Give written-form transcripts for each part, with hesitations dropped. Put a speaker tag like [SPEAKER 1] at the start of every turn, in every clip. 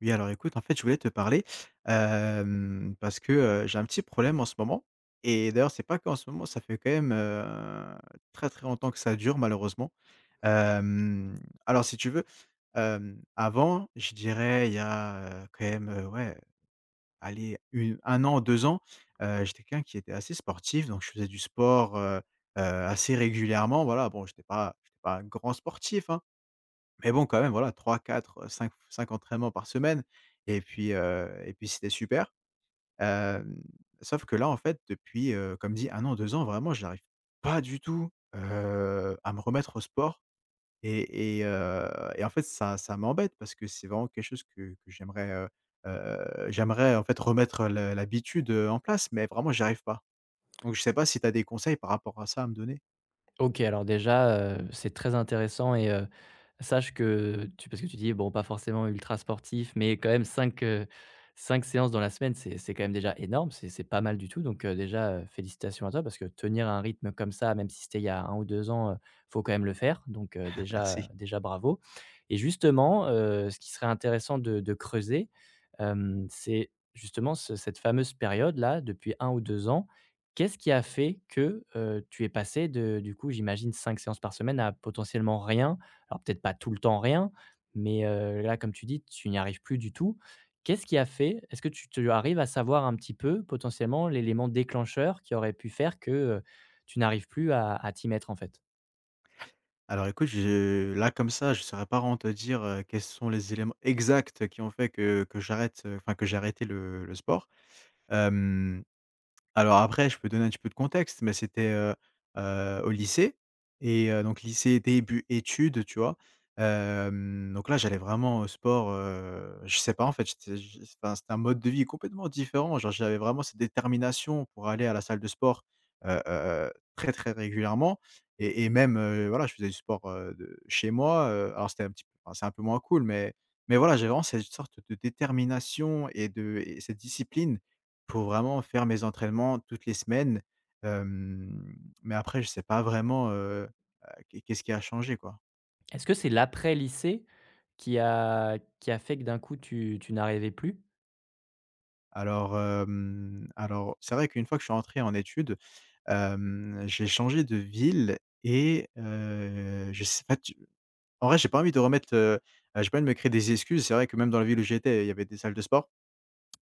[SPEAKER 1] Oui, alors écoute, en fait, je voulais te parler, parce que, j'ai un petit problème en ce moment et d'ailleurs, c'est pas qu'en ce moment, ça fait quand même, très, très longtemps que ça dure malheureusement. Hem, alors si tu veux, avant, je dirais il y a, quand même, ouais, allez, u 1 an, 2 ans, j'étais quelqu'un qui était assez sportif, donc je faisais du sport, assez régulièrement, voilà. Bon, j'étais pas un grand sportif, hein, mais bon, quand même, voilà, trois, quatre, cinq entraînements par semaine et puis c'était super. Hem, sauf que là, en fait, depuis, comme dit, 1 an, 2 ans, vraiment, je n'arrive pas du tout, à me remettre au sport et et en fait, ça m'embête parce que c'est vraiment quelque chose que j'aimerais, j'aimerais, en fait, remettre le l'habitude, en place, mais vraiment, j'y arrive pas. Donc je sais pas si tu as des conseils par rapport à ça à me donner?
[SPEAKER 2] OK, alors déjà, c'est très intéressant et sache que tu parce que tu dis: «Bon, pas forcément ultra sportif», mais quand même 5 5 séances dans la semaine, c'est quand même déjà énorme, c'est pas mal du tout donc déjà, félicitations à toi parce que tenir un rythme comme ça, même si c'était il y a un ou 2 ans, faut quand même le faire donc déjà
[SPEAKER 1] Merci.
[SPEAKER 2] déjà bravo et justement, ce qui serait intéressant de creuser, c'est justement ce cette fameuse période-là, depuis un ou 2 ans. Qu'est-ce qui a fait que, tu es passé de du coup, j'imagine 5 séances par semaine à potentiellement rien? Alors peut-être pas tout le temps rien, mais, là comme tu dis, tu n'y arrives plus du tout. Qu'est-ce qui a fait? Est-ce que tu arrives à savoir un petit peu potentiellement l'élément déclencheur qui aurait pu faire que, tu n'arrives plus à t'y mettre en fait?
[SPEAKER 1] Alors écoute, je là comme ça, je saurais pas vraiment te dire, quels sont les éléments exacts qui ont fait que j'arrête, enfin que j'ai arrêté le sport. Hem alors après, je peux donner un petit peu de contexte, mais c'était, au lycée et donc lycée, début études, tu vois? Donc là, j'allais vraiment au sport, je sais pas, en fait, j'étais j enfin, c'était un mode de vie complètement différent. Genre, j'avais vraiment cette détermination pour aller à la salle de sport, heu heu très, très régulièrement et même, voilà, je faisais du sport, de chez moi, alors c'était un petit peu, enfin, c'est un peu moins cool, mais voilà, j'avais vraiment cette sorte de détermination et de et cette discipline pour vraiment faire mes entraînements toutes les semaines, hem, mais après je sais pas vraiment, qu'est-ce qui a changé, quoi?
[SPEAKER 2] Est-ce que c'est l'après lycée qui a fait que d'un coup tu n'arrivais plus?
[SPEAKER 1] Alors, alors c'est vrai qu'une fois que je suis rentré en études, j'ai changé de ville et je sais pas tu en vrai, j'ai pas envie de remettre, j'ai pas envie de me créer des excuses. C'est vrai que même dans la ville où j'étais, il y avait des salles de sport.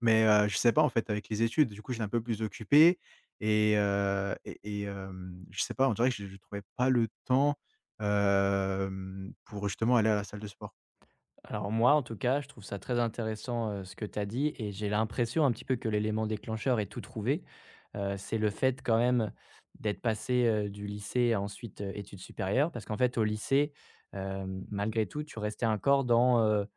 [SPEAKER 1] Mais, je sais pas en fait avec les études, du coup, j'étais un peu plus occupé je sais pas, on dirait que je trouvais pas le temps, pour justement aller à la salle de sport.
[SPEAKER 2] Alors moi, en tout cas, je trouve ça très intéressant, ce que tu as dit et j'ai l'impression un petit peu que l'élément déclencheur est tout trouvé. C'est le fait quand même d'être passé, du lycée à ensuite, études supérieures parce qu'en fait au lycée, malgré tout, tu restais encore dans,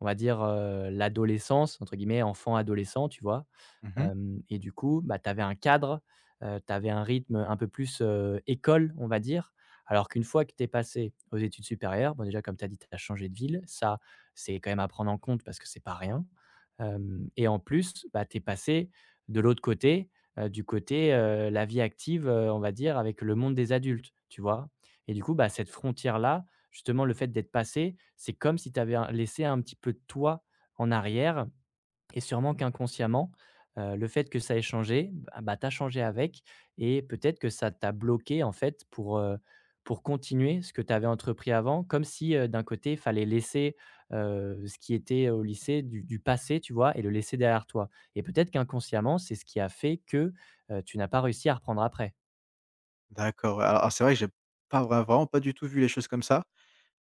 [SPEAKER 2] on va dire, «l'adolescence», entre guillemets, enfant, adolescent, tu vois?
[SPEAKER 1] Mmh.
[SPEAKER 2] Hem et du coup, bah, tu avais un cadre, tu avais un rythme un peu plus, école, on va dire. Alors qu'une fois que tu es passé aux études supérieures, bon déjà comme tu as dit, tu as changé de ville, ça, c'est quand même à prendre en compte parce que c'est pas rien. Hem et en plus, bah, tu es passé de l'autre côté, du côté, la vie active, on va dire avec le monde des adultes, tu vois? Et du coup, bah, cette frontière-là, justement le fait d'être passé, c'est comme si tu avais laissé un petit peu de toi en arrière, et sûrement qu'inconsciemment, le fait que ça ait changé, bah, tu changé avec et peut-être que ça t'a bloqué, en fait, pour continuer ce que tu avais entrepris avant. Comme si, d'un côté, il fallait laisser, ce qui était au lycée du passé, tu vois? Et le laisser derrière toi. Et peut-être qu'inconsciemment, c'est ce qui a fait que, tu n'as pas réussi à reprendre après.
[SPEAKER 1] D'accord, alors c'est vrai que j'ai pas vraiment pas du tout vu les choses comme ça,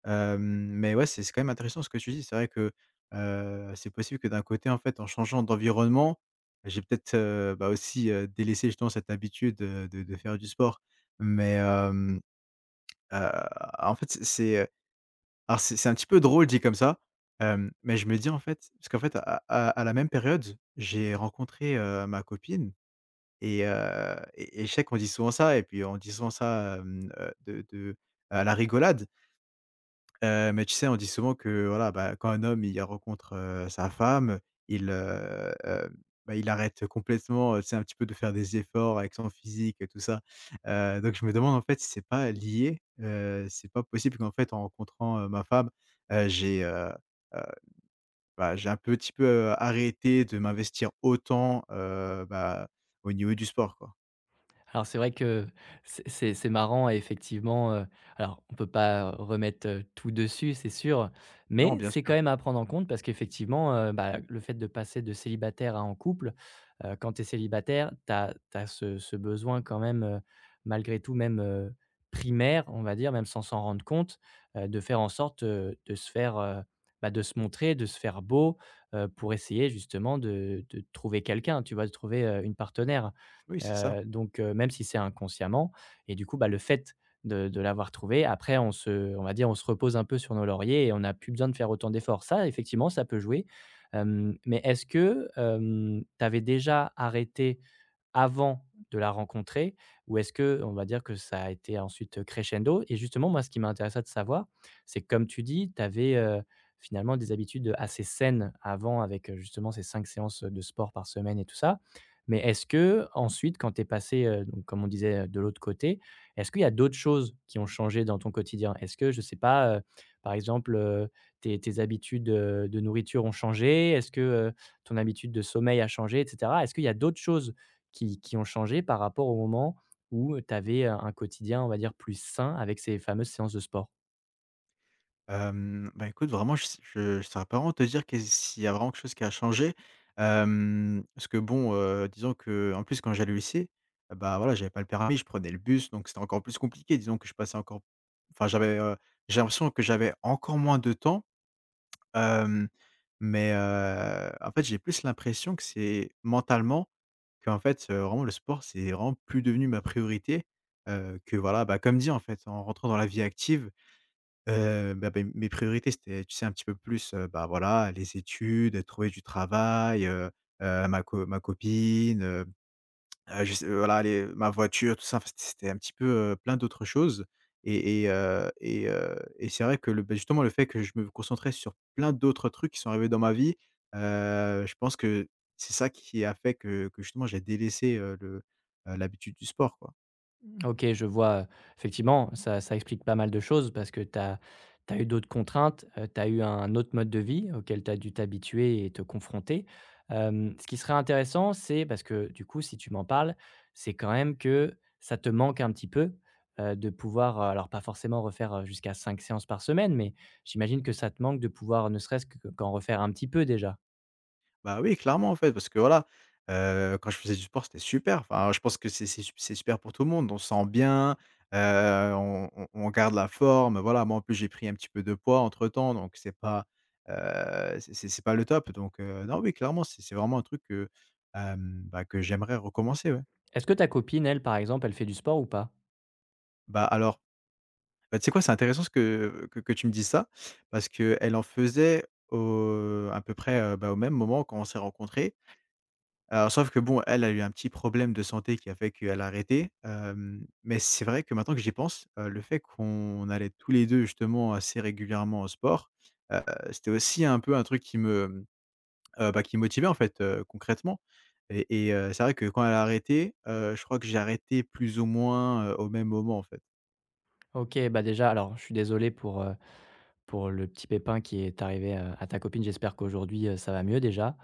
[SPEAKER 1] hem, mais ouais, c'est quand même intéressant ce que tu dis. C'est vrai que, c'est possible que d'un côté, en fait, en changeant d'environnement, j'ai peut-être, bah, aussi, délaissé justement cette habitude, de faire du sport. Mais, heu, en fait, c'est alors c'est un petit peu drôle dit comme ça, mais je me dis en fait parce qu'en fait à la même période, j'ai rencontré, ma copine et je sais qu'on dit souvent ça et puis on dit souvent ça, de à la rigolade. Mais tu sais, on dit souvent que voilà, bah, quand un homme, il rencontre, sa femme, il, bah, il arrête complètement, tu sais, un petit peu de faire des efforts avec son physique et tout ça. Donc je me demande en fait si c'est pas lié, si c'est pas possible qu'en fait en rencontrant, ma femme, j'ai, heu, bah, j'ai un petit peu, arrêté de m'investir autant, bah, au niveau du sport, quoi.
[SPEAKER 2] Alors c'est vrai que c'est marrant et effectivement, alors on peut pas remettre, tout dessus, c'est sûr,
[SPEAKER 1] Non,
[SPEAKER 2] mais
[SPEAKER 1] bien
[SPEAKER 2] c'est quand
[SPEAKER 1] sûr.
[SPEAKER 2] même à prendre en compte parce qu'effectivement, bah, le fait de passer de célibataire à en couple, quand tu es célibataire, tu as ce besoin quand même, malgré tout même, primaire, on va dire, même sans s'en rendre compte, de faire en sorte, de se faire, bah, de se montrer, de se faire beau, pour essayer justement de trouver quelqu'un, tu vois? De trouver, une partenaire.
[SPEAKER 1] Oui, c'est ça.
[SPEAKER 2] Donc même si c'est inconsciemment et du coup, bah, le fait de l'avoir trouvé, après on va dire, on se repose un peu sur nos lauriers et on n'a plus besoin de faire autant d'efforts. Ça, effectivement, ça peut jouer, mais est-ce que, tu avais déjà arrêté avant de la rencontrer? Ou est-ce que on va dire que ça a été ensuite, crescendo? Et justement, moi, ce qui m'intéressait de savoir, c'est que comme tu dis, tu avais, finalement des habitudes, assez saines avant avec, justement ces 5 séances, de sport par semaine et tout ça. Mais est-ce que ensuite, quand tu es passé, donc comme on disait, de l'autre côté, est-ce qu'il y a d'autres choses qui ont changé dans ton quotidien? Est-ce que, je sais pas, par exemple, tes habitudes, de nourriture ont changé? Est-ce que, ton habitude de sommeil a changé et cetera? Est-ce qu'il y a d'autres choses qui ont changé par rapport au moment où tu avais, un quotidien, on va dire, plus sain avec ces fameuses séances de sport?
[SPEAKER 1] Bah, écoute vraiment je saurais pas vraiment te dire qu'est s'il y a vraiment quelque chose qui a changé. Parce que bon, disons qu'en plus quand j'allais au lycée, bah, voilà, j'avais pas le permis, je prenais le bus donc c'était encore plus compliqué. Disons que je passais encore enfin j'avais, j'ai l'impression que j'avais encore moins de temps, hem, mais, en fait, j'ai plus l'impression que c'est mentalement qu'en fait, vraiment le sport, c'est vraiment plus devenu ma priorité, que voilà, bah, comme dit en fait, en rentrant dans la vie active. Bah, beh, mes priorités, c'était, tu sais, un petit peu plus, bah, voilà, les études, trouver du travail, ma copine, je sais voilà, les ma voiture, tout ça. Enfin, c'était un petit peu, plein d'autres choses et c'est vrai que le beh, justement, le fait que je me concentrais sur plein d'autres trucs qui sont arrivés dans ma vie, je pense que c'est ça qui a fait que justement j'ai délaissé, l'habitude du sport, quoi.
[SPEAKER 2] OK, je vois, effectivement, ça explique pas mal de choses parce que tu as eu d'autres contraintes, tu as eu un autre mode de vie auquel tu as dû t'habituer et te confronter. Ce qui serait intéressant, c'est parce que du coup, si tu m'en parles, c'est quand même que ça te manque un petit peu, de pouvoir, alors pas forcément refaire, jusqu'à 5 séances par semaine, mais j'imagine que ça te manque de pouvoir ne serait-ce que qu'en refaire un petit peu déjà?
[SPEAKER 1] Bah, oui, clairement, en fait, parce que voilà, quand je faisais du sport, c'était super. Enfin, je pense que c'est super pour tout le monde. On se sent bien, heu, on garde la forme, voilà. Moi, en plus, j'ai pris un petit peu de poids entre temps, donc c'est pas, c'est pas le top, donc non, oui, clairement, c'est vraiment un truc que, bah, que j'aimerais recommencer, ouais.
[SPEAKER 2] Est-ce que ta copine, elle, par exemple, elle fait du sport ou pas?
[SPEAKER 1] Bah, alors, bah, tu sais quoi? C'est intéressant ce que tu me dis ça, parce qu'elle en faisait au à peu près, bah, au même moment quand on s'est rencontrés. Alors sauf que bon, elle a eu un petit problème de santé qui a fait qu'elle a arrêté, mais c'est vrai que maintenant que j'y pense, le fait qu'on allait tous les 2 justement assez régulièrement au sport, heu, c'était aussi un peu un truc qui me, bah, qui me motivait en fait, concrètement c'est vrai que quand elle a arrêté, je crois que j'ai arrêté plus ou moins, au même moment en fait.
[SPEAKER 2] OK, bah, déjà, alors je suis désolé pour le petit pépin qui est arrivé, à ta copine. J'espère qu'aujourd'hui, ça va mieux déjà.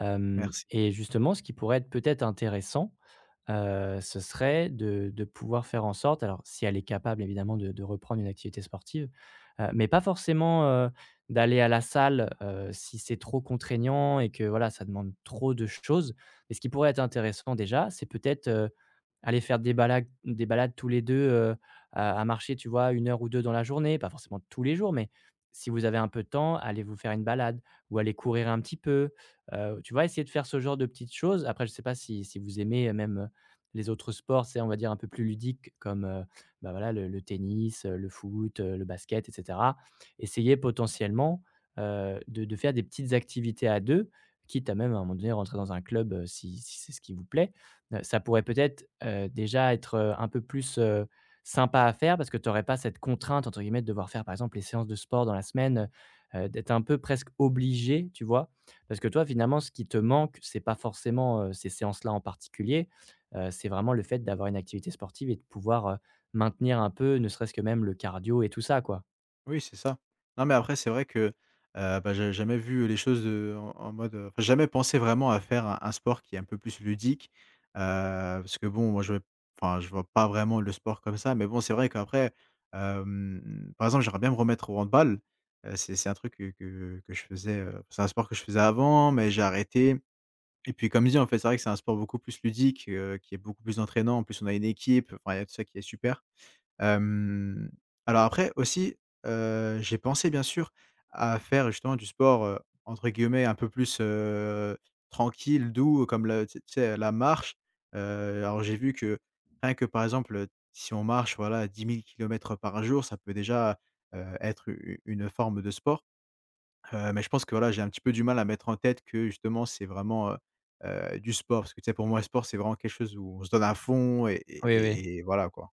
[SPEAKER 2] Hem
[SPEAKER 1] Merci.
[SPEAKER 2] et justement, ce qui pourrait être peut-être intéressant, ce serait de pouvoir faire en sorte alors si elle est capable évidemment de reprendre une activité sportive, mais pas forcément, d'aller à la salle, si c'est trop contraignant et que voilà, ça demande trop de choses. Mais ce qui pourrait être intéressant déjà, c'est peut-être, aller faire des balades tous les 2 à marcher, tu vois? Une heure ou 2 dans la journée, pas forcément tous les jours, mais si vous avez un peu de temps, allez vous faire une balade ou allez courir un petit peu, tu vois? Essayer de faire ce genre de petites choses. Après je ne sais pas si vous aimez même, les autres sports, c'est on va dire un peu plus ludiques comme, bah, voilà le tennis, le foot, le basket et cetera. Essayer potentiellement, de faire des petites activités à 2, quitte à même à un moment donné rentrer dans un club, si c'est ce qui vous plaît. Ça pourrait peut-être, déjà être, un peu plus, sympa à faire parce que tu n'aurais pas cette «contrainte» entre guillemets de devoir faire par exemple les séances de sport dans la semaine, d'être un peu presque obligé, tu vois? Parce que toi finalement ce qui te manque, c'est pas forcément, ces séances-là en particulier. C'est vraiment le fait d'avoir une activité sportive et de pouvoir, maintenir un peu, ne serait-ce que même le cardio et tout ça, quoi.
[SPEAKER 1] Oui, c'est ça. Non, mais après, c'est vrai que, bah, j'avais jamais vu les choses, enfin, j'ai jamais pensé vraiment à faire un sport qui est un peu plus ludique, heu, parce que bon, moi, je enfin, je vois pas vraiment le sport comme ça, mais bon, c'est vrai qu'après, par exemple, j'aimerais bien me remettre au handball, c'est un truc que je faisais, c'est un sport que je faisais avant, mais j'ai arrêté et puis comme dit, en fait, c'est vrai que c'est un sport beaucoup plus ludique, qui est beaucoup plus entraînant. En plus, on a une équipe, enfin, il y a tout ça qui est super. Hem, alors après aussi, j'ai pensé bien sûr à faire justement du sport, entre guillemets «un peu plus, tranquille, doux», comme le tu sais, la marche. Heu, alors j'ai vu que rien que par exemple, si on marche voilà 10 000 kilomètres par jour, ça peut déjà, être u une forme de sport. Mais je pense que voilà, j'ai un petit peu du mal à mettre en tête que justement c'est vraiment, du sport. Parce que tu sais, pour moi, le sport, c'est vraiment quelque chose où on se donne à fond et
[SPEAKER 2] Oui,
[SPEAKER 1] et
[SPEAKER 2] oui.
[SPEAKER 1] et et voilà quoi.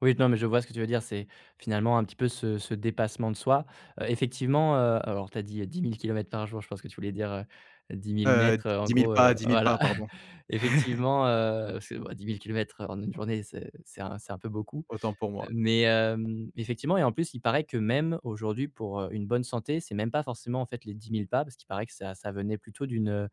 [SPEAKER 2] Oui, non, mais je vois ce que tu veux dire, c'est finalement un petit peu ce dépassement de soi. Effectivement, alors tu as dit 10 000 kilomètres par jour, je pense que tu voulais dire, 10 000 m, en
[SPEAKER 1] 10 000
[SPEAKER 2] gros,
[SPEAKER 1] pas 10 000 pas,
[SPEAKER 2] voilà.
[SPEAKER 1] pardon,
[SPEAKER 2] Effectivement, parce que bah, 10 000 km en une journée, c'est un peu beaucoup.
[SPEAKER 1] autant pour moi.
[SPEAKER 2] Mais, effectivement et en plus, il paraît que même aujourd'hui pour, une bonne santé, c'est même pas forcément en fait les 10 000 pas parce qu'il paraît que ça venait plutôt d'une,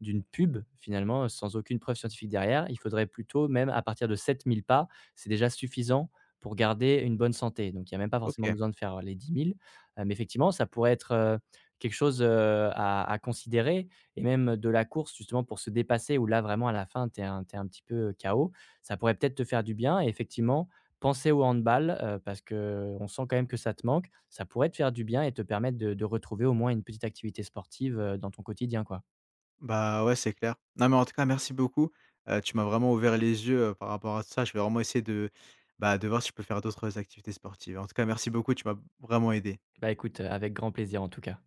[SPEAKER 2] d'une pub finalement, sans aucune preuve scientifique derrière. Il faudrait plutôt même à partir de 7 000 pas, c'est déjà suffisant pour garder une bonne santé. Donc il y a même pas forcément
[SPEAKER 1] OK,
[SPEAKER 2] besoin de faire les 10 000, mais effectivement, ça pourrait être, quelque chose, à considérer et même de la course justement pour se dépasser où là vraiment à la fin tu es un t'es un petit peu KO. Ça pourrait peut-être te faire du bien et effectivement, penser au handball, parce qu'on sent quand même que ça te manque. Ça pourrait te faire du bien et te permettre de retrouver au moins une petite activité sportive, dans ton quotidien, quoi.
[SPEAKER 1] bah, ouais, c'est clair. Non, mais en tout cas, merci beaucoup. Tu m'as vraiment ouvert les yeux, par rapport à tout ça. Je vais vraiment essayer de, bah, de voir si je peux faire d'autres activités sportives. En tout cas, merci beaucoup, tu m'as vraiment aidé.
[SPEAKER 2] Bah, écoute, avec grand plaisir en tout cas.